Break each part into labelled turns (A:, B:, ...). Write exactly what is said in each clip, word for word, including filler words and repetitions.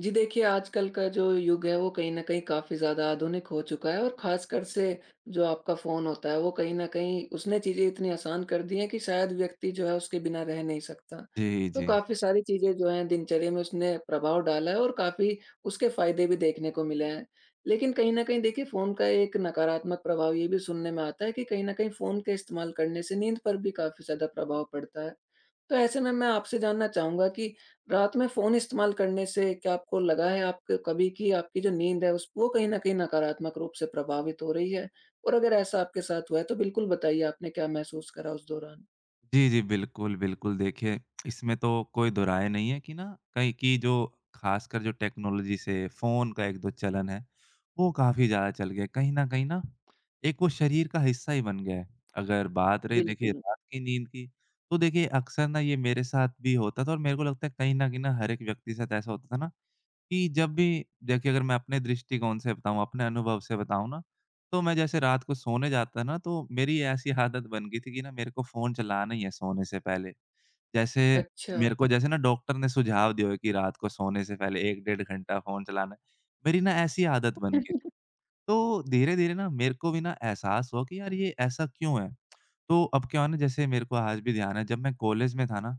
A: जी देखिए, आजकल का जो युग है वो कहीं न कहीं काफ़ी ज़्यादा आधुनिक हो चुका है और ख़ासकर से जो आपका फ़ोन होता है वो कहीं न कहीं उसने चीज़ें इतनी आसान कर दी हैं कि शायद व्यक्ति जो है उसके बिना रह नहीं सकता।
B: जी,
A: तो
B: जी।
A: काफ़ी सारी चीज़ें जो हैं दिनचर्या में उसने प्रभाव डाला है और काफ़ी उसके फ़ायदे भी देखने को मिले हैं। लेकिन कहीं न कहीं देखिए फ़ोन का एक नकारात्मक प्रभाव ये भी सुनने में आता है कि कहीं न कहीं फ़ोन के इस्तेमाल करने से नींद पर भी काफ़ी ज़्यादा प्रभाव पड़ता है। तो ऐसे में मैं आपसे जानना चाहूँगा कि रात में फ़ोन इस्तेमाल करने से क्या आपको लगा है आपको कभी कि आपकी जो नींद है उस वो कहीं न कहीं नकारात्मक रूप से प्रभावित हो रही है? और अगर ऐसा आपके साथ हुआ है तो बिल्कुल बताइए आपने क्या महसूस करा उस दौरान?
B: जी, जी, बिल्कुल, बिल्कुल। देखिए, इसमें तो कोई दो राय नहीं है कि ना कहीं कि जो ख़ासकर जो टेक्नोलॉजी से फ़ोन का एक जो चलन है, वो काफ़ी ज़्यादा चल गया है। कहीं न कहीं ना, एक वो शरीर का हिस्सा ही बन गया है। अगर बात रही देखिए
A: बिल्कुल।
B: रात की नींद की, तो देखिए अक्सर ना ये मेरे साथ भी होता था, और मेरे को लगता है कहीं न कहीं ना हर एक व्यक्ति के साथ ऐसा होता था ना कि जब भी देखिए अगर मैं अपने दृष्टिकोण से बताऊँ, अपने अनुभव से बताऊँ ना, तो मैं जैसे रात को सोने जाता ना, तो मेरी ऐसी आदत बन गई थी कि ना मेरे को फ़ोन चलाना ही है सोने से पहले। जैसे
A: अच्छा,
B: मेरे को जैसे ना डॉक्टर ने सुझाव दिया है कि रात को सोने से पहले एक डेढ़ घंटा फ़ोन चलाना है। मेरी ना ऐसी आदत बन गई। तो धीरे-धीरे ना मेरे को भी ना एहसास हुआ कि यार ये ऐसा क्यों है? तो अब क्या हुआ ना जैसे मेरे को आज भी ध्यान है, जब मैं कॉलेज में था ना,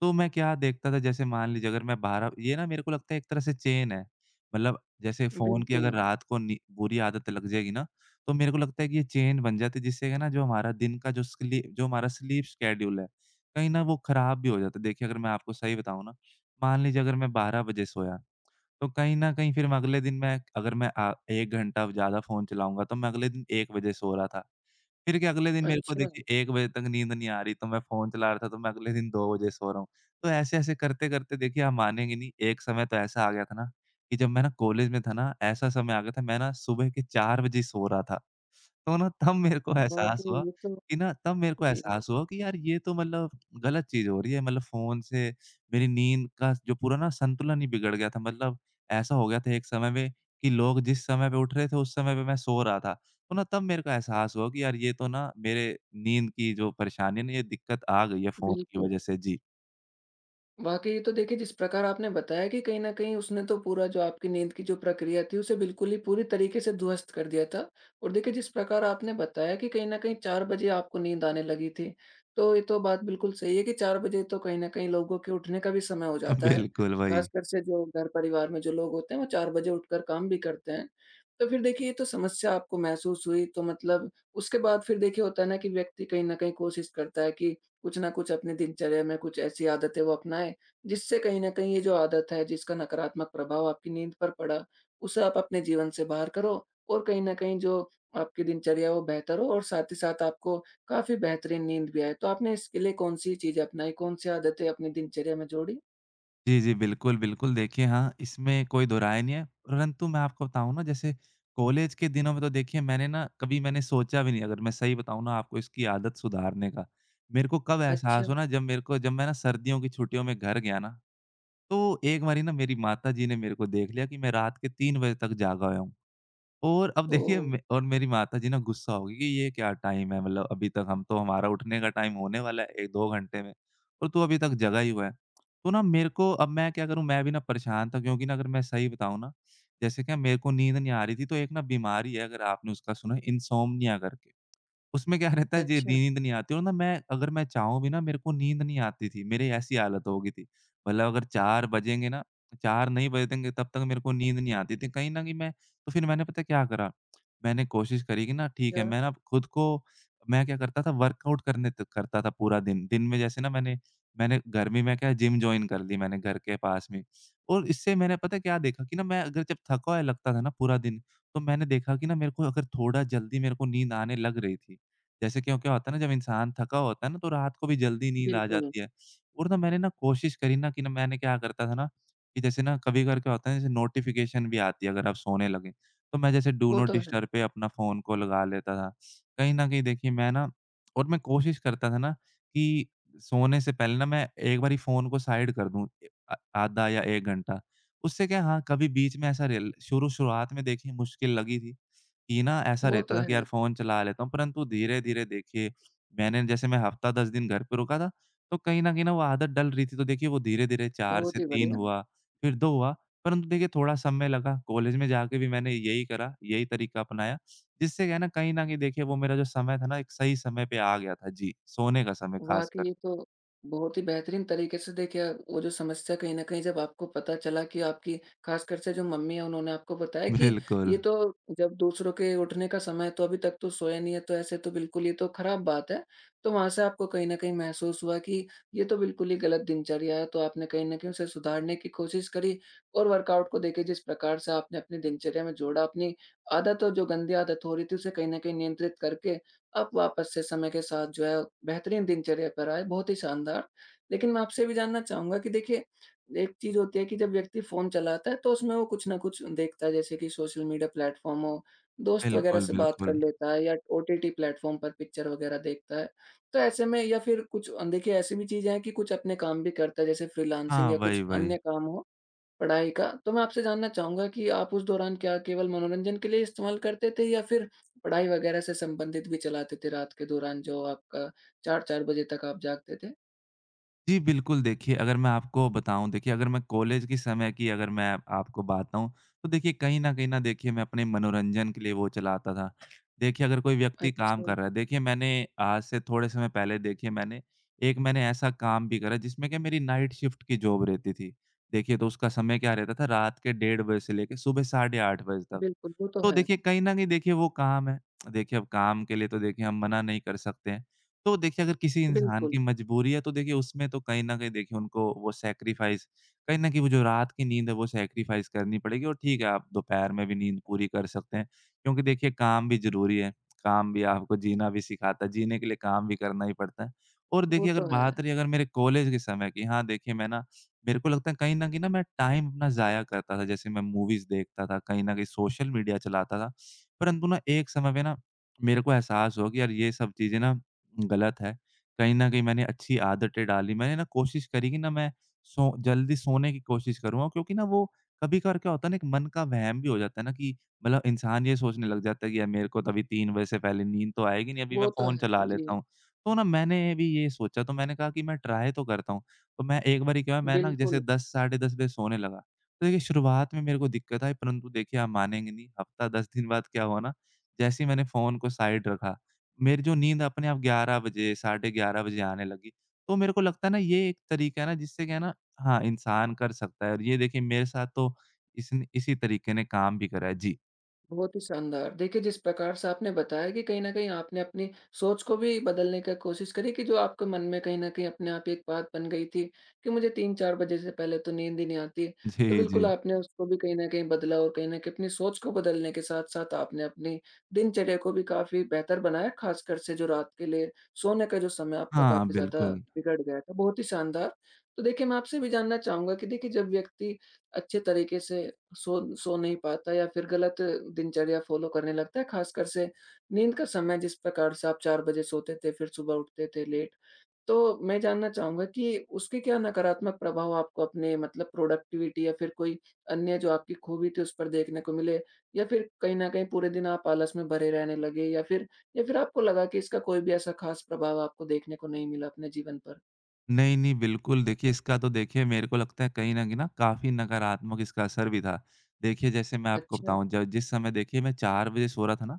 B: तो मैं क्या देखता था जैसे मान लीजिए अगर मैं बारह ये ना मेरे को लगता है एक तरह से चेन है। मतलब जैसे फ़ोन की अगर
A: बिल्कुल।
B: रात को नी बुरी आदत लग जाएगी ना, तो मेरे को लगता है कि ये चेन बन जाती है जिससे क्या है ना जो हमारा दिन का जो स्ली जो हमारा स्लीप शेड्यूल है, कहीं न वो ख़राब भी हो जाता है। देखिए अगर मैं आपको सही बताऊँ ना, मान लीजिए अगर मैं बारह बजे सोया, तो कहीं न कहीं फिर मैं अगले दिन मैं अगर मैं अ, एक घंटा ज़्यादा फ़ोन चलाऊँगा तो मैं अगले दिन एक बजे सो रहा था। फिर क्या अगले दिन मेरे को
A: अच्छा,
B: देखिए एक बजे तक नींद नहीं आ रही, तो मैं फ़ोन चला रहा था, तो मैं अगले दिन दो बजे सो रहा हूँ। तो ऐसे-ऐसे करते-करते देखिए आप मानेंगे नहीं, एक समय तो ऐसा आ गया था ना, कि जब मैं ना कॉलेज में था ना, ऐसा समय आ गया था मैं ना सुबह के चार बजे ही सो रहा था। तो ना तब मेरे को एहसास
A: वाक़ई
B: हुआ
A: ये तो।
B: कि ना तब मेरे को
A: जी,
B: एहसास हुआ कि यार ये तो मतलब गलत चीज़ हो रही है। मतलब फ़ोन से मेरी नींद का जो पूरा ना संतुलन ही बिगड़ गया था। मतलब ऐसा हो गया था एक समय में कि लोग जिस समय पे उठ रहे थे, उस समय पे मैं सो रहा था। तो ना तब मेरे को एहसास हुआ कि यार ये तो ना मेरे नींद की जो परेशानी है ना ये दिक्कत आ गई है फ़ोन की
A: बिल्कुल।
B: वज़ह से। जी।
A: वाक़ई, तो देखिए जिस प्रकार आपने बताया कि कहीं न कहीं उसने तो पूरा जो आपकी नींद की जो प्रक्रिया थी उसे बिल्कुल ही पूरी तरीके से ध्वस्त कर दिया था। और देखिए जिस प्रकार आपने बताया कि कहीं न कहीं चार बजे आपको नींद आने लगी थी। तो ये तो बात बिल्कुल सही है कि चार बजे तो कहीं न कहीं लोगों के उठने का भी समय हो जाता है।
B: बिल्कुल वही।
A: ख़ासकर से जो घर परिवार में जो लोग होते हैं वो चार बजे उठकर काम भी करते हैं। तो फिर देखिए ये तो समस्या आपको महसूस हुई, तो मतलब उसके बाद फिर देखिए होता है ना कि व्यक्ति कहीं न कहीं कोशिश करता है कि कुछ ना कुछ अपनी दिनचर्या में कुछ ऐसी आदतें वो अपनाएँ, जिससे कहीं न कहीं ये जो आदत है जिसका नकारात्मक प्रभाव आपकी नींद पर पड़ा, उसे आप अपने जीवन से बाहर करो और कहीं न कहीं जो आपकी दिनचर्या है वो बेहतर हो और साथ ही साथ आपको काफ़ी बेहतरीन नींद भी आए। तो आपने इसके लिए कौन-सी चीज़ें अपनाई, कौन-सी आदतें अपनी दिनचर्या में जोड़ी?
B: जी, जी। बिल्कुल, बिल्कुल। देखिए हाँ, इसमें कोई दो राय नहीं है, परंतु मैं आपको बताऊँ ना जैसे कॉलेज के दिनों में तो देखिए मैंने ना कभी मैंने सोचा भी नहीं अगर मैं सही बताऊँ ना आपको इसकी आदत सुधारने का। मेरे को कब
A: अच्छा,
B: एहसास हुआ ना जब मेरे को जब मैं ना सर्दियों की छुट्टियों में घर गया ना, तो एक बारी ना मेरी माताजी ने मेरे को देख लिया कि मैं रात के तीन बजे तक जागा हुआ हूँ। और अब देखिए
A: ओह!
B: मे और मेरी माताजी ना गुस्सा होगी कि ये क्या टाइम है, मतलब अभी तक हम तो हमारा उठने का टाइम होने वाला है एक दो घंटे में और तू अभी तक जगा ही हुआ है। तो ना मेरे को अब मैं क्या करूँ, मैं भी ना परेशान था क्योंकि ना अगर मैं सही बताऊँ ना, जैसे क्या मेरे को नींद नहीं आ रही थी, तो एक ना बीमारी है अगर आपने उसका सुना है, इंसोम्निया करके। उसमें क्या रहता है जी
A: अच्छा,
B: नींद नहीं आती, और ना मैं अगर मैं चाहूँ भी ना मेरे को नींद नहीं आती थी। मेरी ऐसी हालत हो गई थी। मतलब अगर चार बजेंगे ना चार नहीं बजेंगे तब तक मेरे को नींद नहीं आती थी। कहीं न कहीं मैं तो फिर मैंने पता है क्या करा? मैंने कोशिश करी कि ना ठीक है
A: क्या?
B: मैं ना खुद को मैं क्या करता था वर्कआउट करने तक करता था पूरा दिन। दिन में जैसे ना मैंने मैंने घर में मैं क्या जिम जॉइन कर ली मैंने घर के पास में। और इससे मैंने पता है क्या देखा कि ना मैं अगर जब थका हुआ लगता था ना पूरा दिन, तो मैंने देखा कि ना मेरे को अगर थोड़ा जल्दी मेरे को नींद आने लग रही थी। जैसे क्यों क्या होता है ना जब इंसान थका होता है ना तो रात को भी जल्दी नींद आ
A: बिल्कुल,
B: जाती है। और ना मैंने ना कोशिश करी ना कि ना मैंने क्या करता था ना कि जैसे ना कभी-कभार क्या होता है जैसे नोटिफ़िकेशन भी आती है अगर आप सोने लगे, तो मैं जैसे डू
A: वो
B: नॉट
A: तो है,
B: डिस्टर्ब पे अपना फ़ोन को लगा लेता था। कहीं न कहीं देखिए मैं ना और मैं कोशिश करता था ना कि सोने से पहले ना मैं एक बारी फ़ोन को साइड कर दूँ, अ, आधा या एक घंटा। उससे क्या हाँ, कभी बीच में ऐसा रेल शुरू शुरुआत में देखिए मुश्किल लगी थी। कि ना ऐसा
A: वो
B: रहता
A: तो
B: था कि यार
A: है।
B: फ़ोन चला लेता हूँ, परंतु धीरे-धीरे देखिए मैंने जैसे मैं हफ़्ता दस दिन घर पे रुका था, तो कहीं न कहीं ना वो आदत डल रही थी। तो देखिए वो धीरे-धीरे चार
A: बहुत
B: से
A: ही
B: तीन
A: बढ़िया।
B: हुआ, फिर दो हुआ, परंतु देखिए थोड़ा समय लगा। कॉलेज में जाके भी मैंने यही करा, यही तरीका अपनाया, जिससे क्या है ना कहीं न कहीं देखिए वो मेरा जो समय था ना एक सही समय पे आ गया था। जी, सोने का समय
A: वाक़ई
B: ख़ासकर।
A: ये तो बहुत ही बेहतरीन तरीके से देखिए आप- वो जो समस्या कहीं न कहीं जब आपको पता चला कि आपकी, ख़ासकर से जो मम्मी है उन्होंने आपको बताया कि
B: बिल्कुल।
A: ये तो, जब दूसरों के उठने का समय है तो अभी तक तो सोया नहीं है, तो ऐसे तो बिल्कुल ये तो ख़राब बात है। तो वहाँ से आपको कहीं न कहीं महसूस हुआ कि ये तो बिल्कुल ही गलत दिनचर्या है, तो आपने कहीं न कहीं उसे सुधारने की कोशिश करी और वर्कआउट को देखिए जिस प्रकार से आपने अपनी दिनचर्या में जोड़ा, अपनी आदत और जो गंदी आदत हो रही थी उसे कहीं न कहीं नियंत्रित करके आप वापस से समय के साथ जो है बेहतरीन दिनचर्या पर आए, बहुत ही शानदार। लेकिन मैं आपसे भी जानना चाहूँगा कि देखिए, एक चीज़ होती है कि जब व्यक्ति फ़ोन चलाता है तो उसमें वो कुछ न कुछ देखता है, जैसे कि सोशल मीडिया प्लेटफ़ॉर्म हो, दोस्त वग़ैरह
B: बिल्कुल,
A: से बात कर
B: बिल्कुल।
A: लेता है या ओटीटी प्लेटफ़ॉर्म पर पिक्चर वग़ैरह देखता है। तो ऐसे में, या फिर कुछ देखिए ऐसी भी चीज़ें हैं कि कुछ अपने काम भी करता है जैसे फ्रीलांसिंग
B: हाँ,
A: या
B: वही,
A: कुछ
B: वही।
A: अन्य काम हो, पढ़ाई का। तो मैं आपसे जानना चाहूँगा कि आप उस दौरान क्या केवल मनोरंजन के लिए इस्तेमाल करते थे या फिर पढ़ाई वग़ैरह से संबंधित भी चलाते थे रात के दौरान, जो आपका चार चार बजे तक आप जागते थे?
B: जी, बिल्कुल देखिए, अगर मैं आपको बताऊँ देखिए अगर मैं कॉलेज के समय की अगर मैं आपको बताऊँ, तो देखिए कहीं न कहीं न देखिए मैं अपने मनोरंजन के लिए वो चलाता था। देखिए अगर कोई व्यक्ति काम
A: अच्छा,
B: कर रहा है देखिए मैंने आज से थोड़े समय पहले देखिए मैंने एक मैंने ऐसा काम भी करा जिसमें क्या मेरी नाइट शिफ्ट की जॉब रहती थी। देखिए तो उसका समय क्या रहता था रात के डेढ़ बजे से लेके सुबह साढ़े आठ बजे तक।
A: बिल्कुल, वो तो
B: तो
A: है।
B: देखिए कहीं न कहीं देखिए वो काम है। देखिए अब काम के लिए तो देखिए हम मना नहीं कर सकते हैं। तो देखिए अगर किसी इंसान
A: बिल्कुल,
B: की मजबूरी है तो देखिए उसमें तो कहीं न कहीं देखिए उनको वो सैक्रिफ़ाइस कहीं न कहीं वो जो रात की नींद है वो सैक्रिफ़ाइस करनी पड़ेगी, और ठीक है आप दोपहर में भी नींद पूरी कर सकते हैं। क्योंकि देखिए काम भी ज़रूरी है। काम भी आपको जीना भी सिखाता है, जीने के लिए काम भी करना ही पड़ता है। और
A: वो
B: देखिए अगर
A: तो है।
B: बात रही अगर मेरे कॉलेज के समय की, हाँ देखिए मैं ना मेरे को लगता है कहीं न कहीं ना मैं टाइम अपना ज़ाया करता था, जैसे मैं मूवीज़ देखता था, कहीं न कहीं सोशल मीडिया चलाता था। परंतु ना एक समय पे ना मेरे को एहसास हुआ कि यार ये सब चीज़ें ना गलत है। कहीं न कहीं मैंने अच्छी आदतें डाली, मैंने ना कोशिश करी कि ना मैं सो जल्दी सोने की कोशिश करूँगा क्योंकि ना वो कभी-कभार क्या होता है ना एक मन का वहम भी हो जाता है ना कि मतलब इंसान ये सोचने लग जाता है कि यार मेरे को तो अभी तीन बजे से पहले नींद तो आएगी नहीं, अभी मैं
A: वो तो
B: फ़ोन चला
A: है,
B: लेता
A: जी।
B: हूँ। तो ना मैंने भी ये सोचा, तो मैंने कहा कि मैं ट्राई तो करता हूँ। तो मैं एक बारी क्या हुआ मैं ना जैसे
A: बिल्कुल।
B: दस साढ़े दस बजे सोने लगा। तो देखिए शुरुआत में मेरे को दिक्कत आई, परंतु देखिए आप मानेंगे नहीं हफ़्ता दस दिन बाद क्या हुआ ना, जैसे ही मैंने फ़ोन को साइड रखा, मेरी जो नींद अपने आप ग्यारह बजे साढ़े ग्यारह बजे आने लगी। तो मेरे को लगता है ना ये एक तरीका है ना जिससे क्या है ना हाँ, इंसान कर सकता है और ये देखिए मेरे साथ तो इसने इसी तरीके ने काम भी करा है। जी।
A: बहुत ही शानदार। देखिए, जिस प्रकार से आपने बताया कि कहीं न कहीं आपने अपनी सोच को भी बदलने का कोशिश करी कि जो आपके मन में कहीं न कहीं अपने आप ही एक बात बन गई थी कि मुझे तीन चार बजे से पहले तो नींद ही नहीं आती। तो
B: जी,
A: बिल्कुल
B: जी।
A: आपने उसको भी कहीं न कहीं बदला और कहीं न कहीं अपनी सोच को बदलने के साथ-साथ आपने अपनी दिनचर्या को भी काफ़ी बेहतर बनाया, ख़ासकर से जो रात के लिए सोने का जो समय आपका
B: हाँ,
A: काफ़ी ज़्यादा
B: बिल्कुल।
A: बिगड़ गया था। बहुत ही शानदार। तो देखिए, मैं आपसे भी जानना चाहूँगा कि देखिए, जब व्यक्ति अच्छे तरीके से सो सो नहीं पाता या फिर गलत दिनचर्या फ़ॉलो करने लगता है, ख़ासकर से नींद का समय जिस प्रकार से आप चार बजे सोते थे, फिर सुबह उठते थे लेट। तो मैं जानना चाहूँगा कि उसके क्या नकारात्मक प्रभाव आपको अपने, मतलब प्रोडक्टिविटी या फिर कोई अन्य जो आपकी खूबी थी उस पर देखने को मिले? या फिर कहीं न कहीं पूरे दिन आप आलस में भरे रहने लगे, या फिर या फिर आपको लगा कि इसका कोई भी ऐसा ख़ास प्रभाव आपको देखने को नहीं मिला अपने जीवन पर?
B: नहीं, नहीं, बिल्कुल देखिए इसका तो देखिए मेरे को लगता है कहीं न कहीं ना काफ़ी नकारात्मक इसका असर भी था। देखिए जैसे मैं आपको
A: अच्छा,
B: बताऊँ ज जिस समय देखिए मैं चार बजे सो रहा था ना,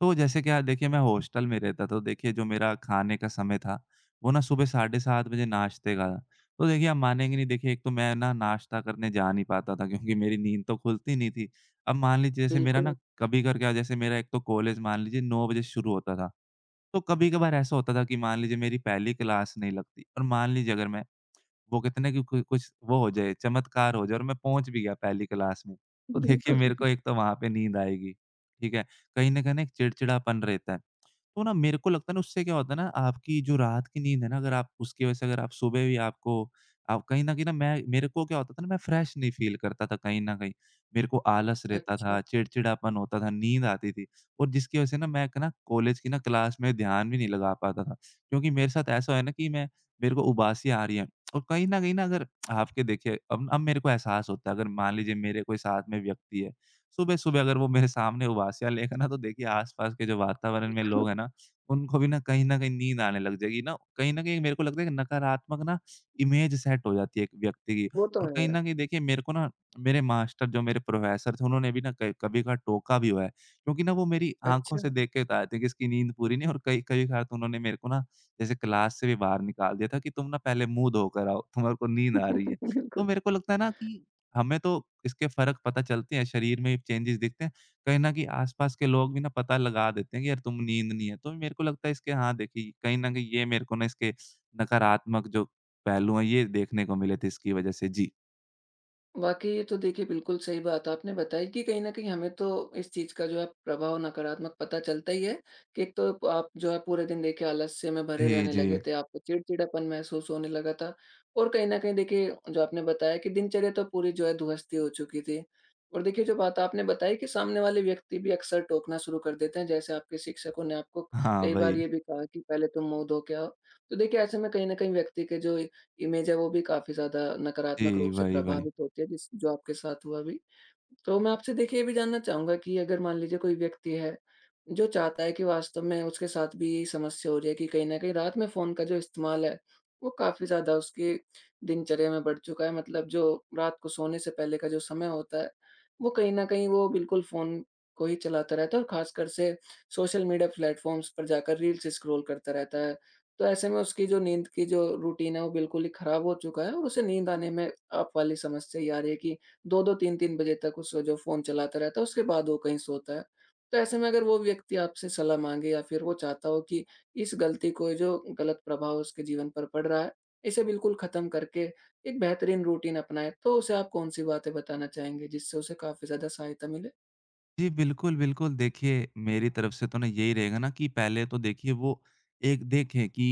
B: तो जैसे क्या देखिए मैं हॉस्टल में रहता था, तो देखिए जो मेरा खाने का समय था, वो ना सुबह साढ़े सात बजे नाश्ते का था। तो देखिए आप मानेंगे नहीं देखिए एक तो मैं ना नाश्ता करने जा नहीं पाता था क्योंकि मेरी नींद तो खुलती नहीं थी। अब मान लीजिए जैसे मेरा
A: बिल्कुल,
B: ना कभी कर क्या जैसे मेरा एक तो कॉलेज मान लीजिए नौ बजे शुरू होता था। तो कभी-कभार ऐसा होता था कि मान लीजिए मेरी पहली क्लास नहीं लगती और मान लीजिए अगर मैं वो कहते हैं ना कि कु कुछ वो हो जाए, चमत्कार हो जाए और मैं पहुँच भी गया पहली क्लास में, तो देखिए
A: बिल्कुल।
B: मेरे को एक तो वहाँ पे नींद आएगी, ठीक है? कहीं न कहीं ना एक चिड़चिड़ापन रहता है। तो ना मेरे को लगता है ना उससे क्या होता है ना आपकी जो रात की नींद है ना अगर आप उसकी वजह से अगर आप सुबह भी आपको आप कहीं न कहीं ना मैं मेरे को क्या होता था ना मैं फ्रेश नहीं फ़ील करता था कहीं न कहीं। मेरे को आलस रहता
A: अच्छा,
B: था, चिड़चिड़ापन होता था, नींद आती थी और जिसकी वजह से ना मैं एक ना कॉलेज की ना क्लास में ध्यान भी नहीं लगा पाता था। क्योंकि मेरे साथ ऐसा है ना कि मैं मेरे को उबासी आ रही है। और कहीं न कहीं ना अगर आपके देखिए अब अब मेरे को एहसास होता है अगर मान लीजिए मेरे कोई साथ में व्यक्ति है। सुबह-सुबह अगर वो मेरे सामने उबासियाँ लेगा ना, तो देखिए आस-पास के जो वातावरण में लोग हैं ना, उनको भी ना कहीं न कहीं नींद आने लग जाएगी ना। कहीं न कहीं मेरे को लगता है कि नकारात्मक ना इमेज सेट हो जाती है एक व्यक्ति की।
A: वो तो
B: और
A: है।
B: कहीं न कहीं देखिए मेरे को ना मेरे मास्टर जो मेरे प्रोफ़ेसर थे उन्होंने भी ना क कभी-कभार टोका भी हुआ है। क्योंकि ना वो मेरी आँखों से
A: अच्छा।
B: देख के बताते थे कि इसकी नींद पूरी नहीं है और कई कभी-कभार तो उन्होंने मेरे को ना जैसे क्लास से भी बाहर निकाल दिया था कि तुम ना पहले मुँह धो कर आओ, तुम्हारे को नींद आ रही है। तो
A: बिल्कुल।
B: मेरे को लगता है ना कि हमें तो इसके फ़र्क पता चलते हैं, शरीर में चेंजेस दिखते हैं। कहीं न कहीं आस-पास के लोग भी ना पता लगा देते हैं कि यार तुम नींद नहीं है। तो मेरे को लगता है इसके हाँ, देखिए कहीं न कहीं ये मेरे को ना इसके नकारात्मक जो पहलू हैं, ये देखने को मिले थे इसकी वज़ह से। जी।
A: वाक़ई ये तो देखिए बिल्कुल सही बात आपने बताई कि कहीं न कहीं हमें तो इस चीज़ का जो है प्रभाव नकारात्मक पता चलता ही है, कि एक तो आप जो है पूरे दिन देखिए आलस्य में भरे
B: जी,
A: रहने
B: जी।
A: लगे थे, आपको चिड़चिड़ापन महसूस होने लगा था और कहीं न कहीं देखिए जो आपने बताया कि दिनचर्या तो पूरी जो है ध्वस्त ही हो चुकी थी। और देखिए जो बात आपने बताई कि सामने वाले व्यक्ति भी अक्सर टोकना शुरू कर देते हैं, जैसे आपके शिक्षकों ने आपको
B: हाँ,
A: कई बार
B: वही।
A: ये भी कहा कि पहले तुम मुँह धो के आओ। तो देखिए ऐसे में कहीं न कहीं व्यक्ति के जो इमेज है वो भी काफ़ी ज़्यादा नकारात्मक
B: जी,
A: रूप से
B: वही, वही।
A: प्रभावित होती है, जिस जो आपके साथ हुआ अभी? तो मैं आपसे देखिए ये भी जानना चाहूँगा कि अगर मान लीजिए कोई व्यक्ति है, जो चाहता है कि वास्तव में उसके साथ भी यही समस्या हो रही है कि कहीं न कहीं रात में फ़ोन का जो इस्तेमाल है, वो काफ़ी ज़्यादा उसकी दिनचर्या में बढ़ चुका है। मतलब जो रात को सोने से पहले का जो समय होता है, वो कहीं न कहीं वो बिल्कुल फ़ोन को ही चलाता रहता है और ख़ासकर से सोशल मीडिया प्लेटफ़ॉर्म्स पर जाकर रील्स स्क्रॉल करता रहता है। तो ऐसे में उसकी जो नींद की जो रूटीन है, वो बिल्कुल ही ख़राब हो चुका है और उसे नींद आने में आप वाली समस्या ये आ रही है कि दो दो, तीन तीन बजे तक उसका जो फ़ोन चलाता रहता है, उसके बाद वो कहीं सोता है। तो ऐसे में अगर वो व्यक्ति आपसे सलाह माँगे या फिर वो चाहता हो कि इस गलती को, जो गलत प्रभाव उसके जीवन पर पड़ रहा है, इसे बिल्कुल ख़त्म करके एक बेहतरीन रूटीन अपनाए, तो उसे आप कौन-सी बातें बताना चाहेंगे जिससे उसे काफ़ी ज़्यादा सहायता मिले?
B: जी, बिल्कुल, बिल्कुल। देखिए, मेरी तरफ से तो ना यही रहेगा ना कि पहले तो देखिए वो एक देखें कि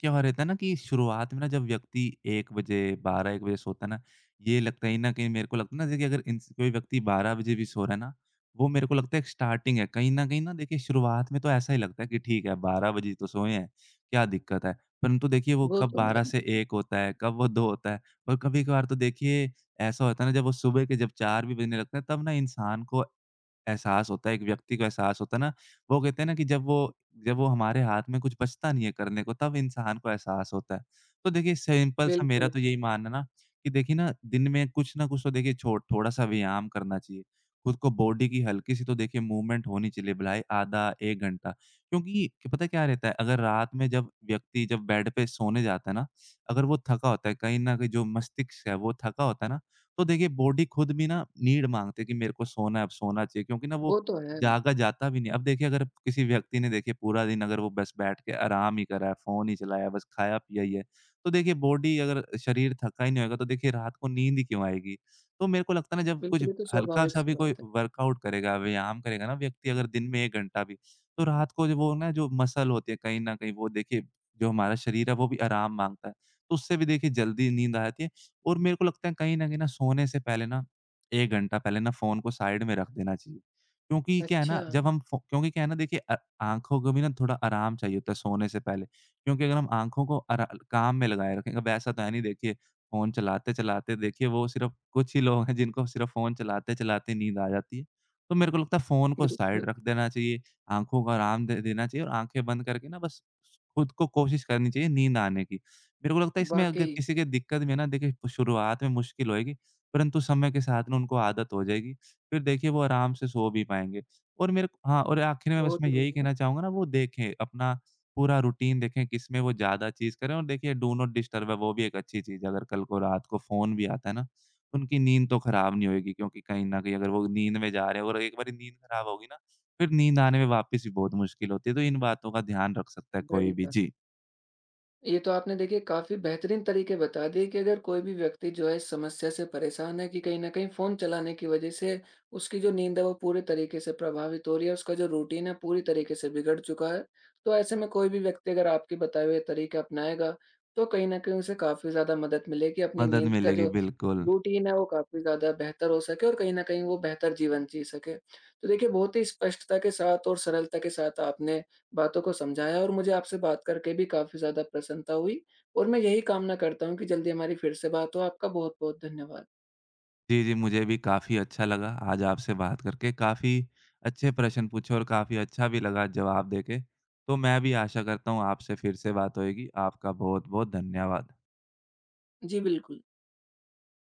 B: क्या हो रहता है ना कि शुरुआत में ना जब व्यक्ति एक बजे बारह एक बजे सोता है ना, ये लगता है कहीं न कहीं मेरे को लगता है ना देखिए अगर इंस कोई व्यक्ति बारह बजे भी सो रहा है ना, वो मेरे को लगता है एक स्टार्टिंग है। कहीं न कहीं ना देखिए शुरुआत में तो ऐसा ही लगता है कि ठीक है बारह बजे तो सोए हैं, क्या दिक्कत है? परंतु देखिए वो
A: वो
B: कब
A: तो है।
B: बारह से एक
A: हुँ।
B: होता है, कब वो दो होता है और कभी-कभार तो देखिए ऐसा होता है ना जब वो सुबह के जब चार भी बजने लगते हैं तब ना इंसान को एहसास होता है, एक व्यक्ति को एहसास होता है ना, वो कहते हैं ना कि जब वो जब वो हमारे हाथ में कुछ बचता नहीं है करने को, तब इंसान को एहसास होता है। तो देखिए, सिंपल सा मेरा
A: बिल्कुल,
B: तो यही मानना ना कि देखिए ना, दिन में कुछ ना कुछ तो देखिए छो थोड़ा-सा व्यायाम करना चाहिए। खुद को बॉडी की हल्की-सी तो देखिए मूवमेंट होनी चाहिए, भलाई आधा एक घंटा। क्योंकि कि पता है क्या रहता है, अगर रात में जब व्यक्ति जब बेड पे सोने जाता है ना, अगर वो थका होता है, कहीं न कहीं जो मस्तिष्क है, वो थका होता है ना, तो देखिए बॉडी खुद भी ना नीड माँगती है कि मेरे को सोना है, अब सोना चाहिए क्योंकि ना वो
A: वो तो है।
B: जागा जाता भी नहीं। अब देखिए अगर किसी व्यक्ति ने देखिए पूरा दिन अगर वो बस बैठ के आराम ही करा है, फ़ोन ही चलाया है, बस खाया-पिया ही है, तो देखिए बॉडी अगर शरीर थका ही नहीं होगा तो देखिए रात को नींद ही क्यों आएगी? तो मेरे को लगता है ना जब कुछ
A: बिल्कुल, ये तो स्वाभाविक
B: हल्का-सा
A: सी
B: भी कोई
A: बात है।
B: वर्कआउट करेगा, व्यायाम करेगा ना व्यक्ति अगर दिन में एक घंटा भी, तो रात को जो वो ना जो मसल होती है कहीं न कहीं वो देखिए जो हमारा शरीर है वो भी आराम माँगता है। तो उससे भी देखिए जल्दी नींद आ जाती है। और मेरे को लगता है कहीं न कहीं ना सोने से पहले ना एक घंटा पहले ना फ़ोन को साइड में रख देना चाहिए। क्योंकि क्या है
A: अच्छा,
B: ना जब हम फ़ो क्योंकि क्या है ना देखिए अ, आँखों को भी ना थोड़ा आराम चाहिए होता है सोने से पहले। क्योंकि अगर हम आँखों को अरा काम में लगाए रखें अब ऐसा तो है नहीं देखिए फ़ोन चलाते-चलाते देखिए वो सिर्फ़ कुछ ही लोग हैं जिनको सिर्फ़ फ़ोन चलाते-चलाते नींद आ जाती है। तो मेरे को लगता है फ़ोन को साइड
A: बिल्कुल,
B: रख देना चाहिए, आँखों को आराम दे देना चाहिए और आँखें बंद करके ना बस खुद को कोशिश करनी चाहिए नींद आने की। मेरे को लगता है इसमें अगर
A: वाक़ई
B: किसी के दिक्कत में ना देखिए शुरुआत में मुश्किल होएगी, परंतु समय के साथ ना उनको आदत हो जाएगी। फिर देखिए वो आराम से सो भी पाएँगे। और मेरे को हाँ, और आखिर में बस
A: बहुत
B: मैं
A: ही
B: यही
A: बढ़िया,
B: कहना चाहूँगा ना वो देखें अपना पूरा रूटीन देखें किसमें वो ज़्यादा चीज़ करें और देखिए डू नॉट डिस्टर्ब है वो भी एक अच्छी चीज़ है। अगर कल को रात को फ़ोन भी आता है ना, तो उनकी नींद तो खराब नहीं होएगी क्योंकि कहीं न कहीं अगर वो नींद में जा रहे हैं और एक बारी नींद खराब होगी ना, फिर नींद आने में वापस भी बहुत मुश्किल होती है। तो इन बातों का ध्यान रख सकता है कोई भी।
A: बढ़िया।
B: जी,
A: ये तो आपने देखिए काफ़ी बेहतरीन तरीके बता दिए कि अगर कोई भी व्यक्ति जो है इस समस्या से परेशान है कि कहीं न कहीं फ़ोन चलाने की वज़ह से उसकी जो नींद है वो पूरे तरीके से प्रभावित हो रही है, उसका जो रूटीन है पूरी तरीके से बिगड़ चुका है। तो ऐसे में कोई भी व्यक्ति अगर आपके बताए हुए तरीके अपनाएगा, तो कहीं न कहीं उसे काफ़ी ज़्यादा मदद मिलेगी, अपनी
B: मदद
A: नींद का
B: मिलेगी
A: जो
B: बिल्कुल।
A: रूटीन है वो काफ़ी ज़्यादा बेहतर हो सके और कहीं न कहीं वो बेहतर जीवन जी सके। तो देखिए बहुत ही स्पष्टता के साथ और सरलता के साथ आपने बातों को समझाया और मुझे आपसे बात करके भी काफ़ी ज़्यादा प्रसन्नता हुई और मैं यही कामना करता हूँ कि जल्दी हमारी फिर से बात हो। आपका बहुत-बहुत धन्यवाद।
B: जी, जी, मुझे भी काफ़ी अच्छा लगा आज आपसे बात करके। काफ़ी अच्छे प्रश्न पूछे और काफ़ी अच्छा भी लगा जवाब देके। तो मैं भी आशा करता हूँ आपसे फिर से बात होएगी। आपका बहुत-बहुत धन्यवाद।
A: जी, बिल्कुल।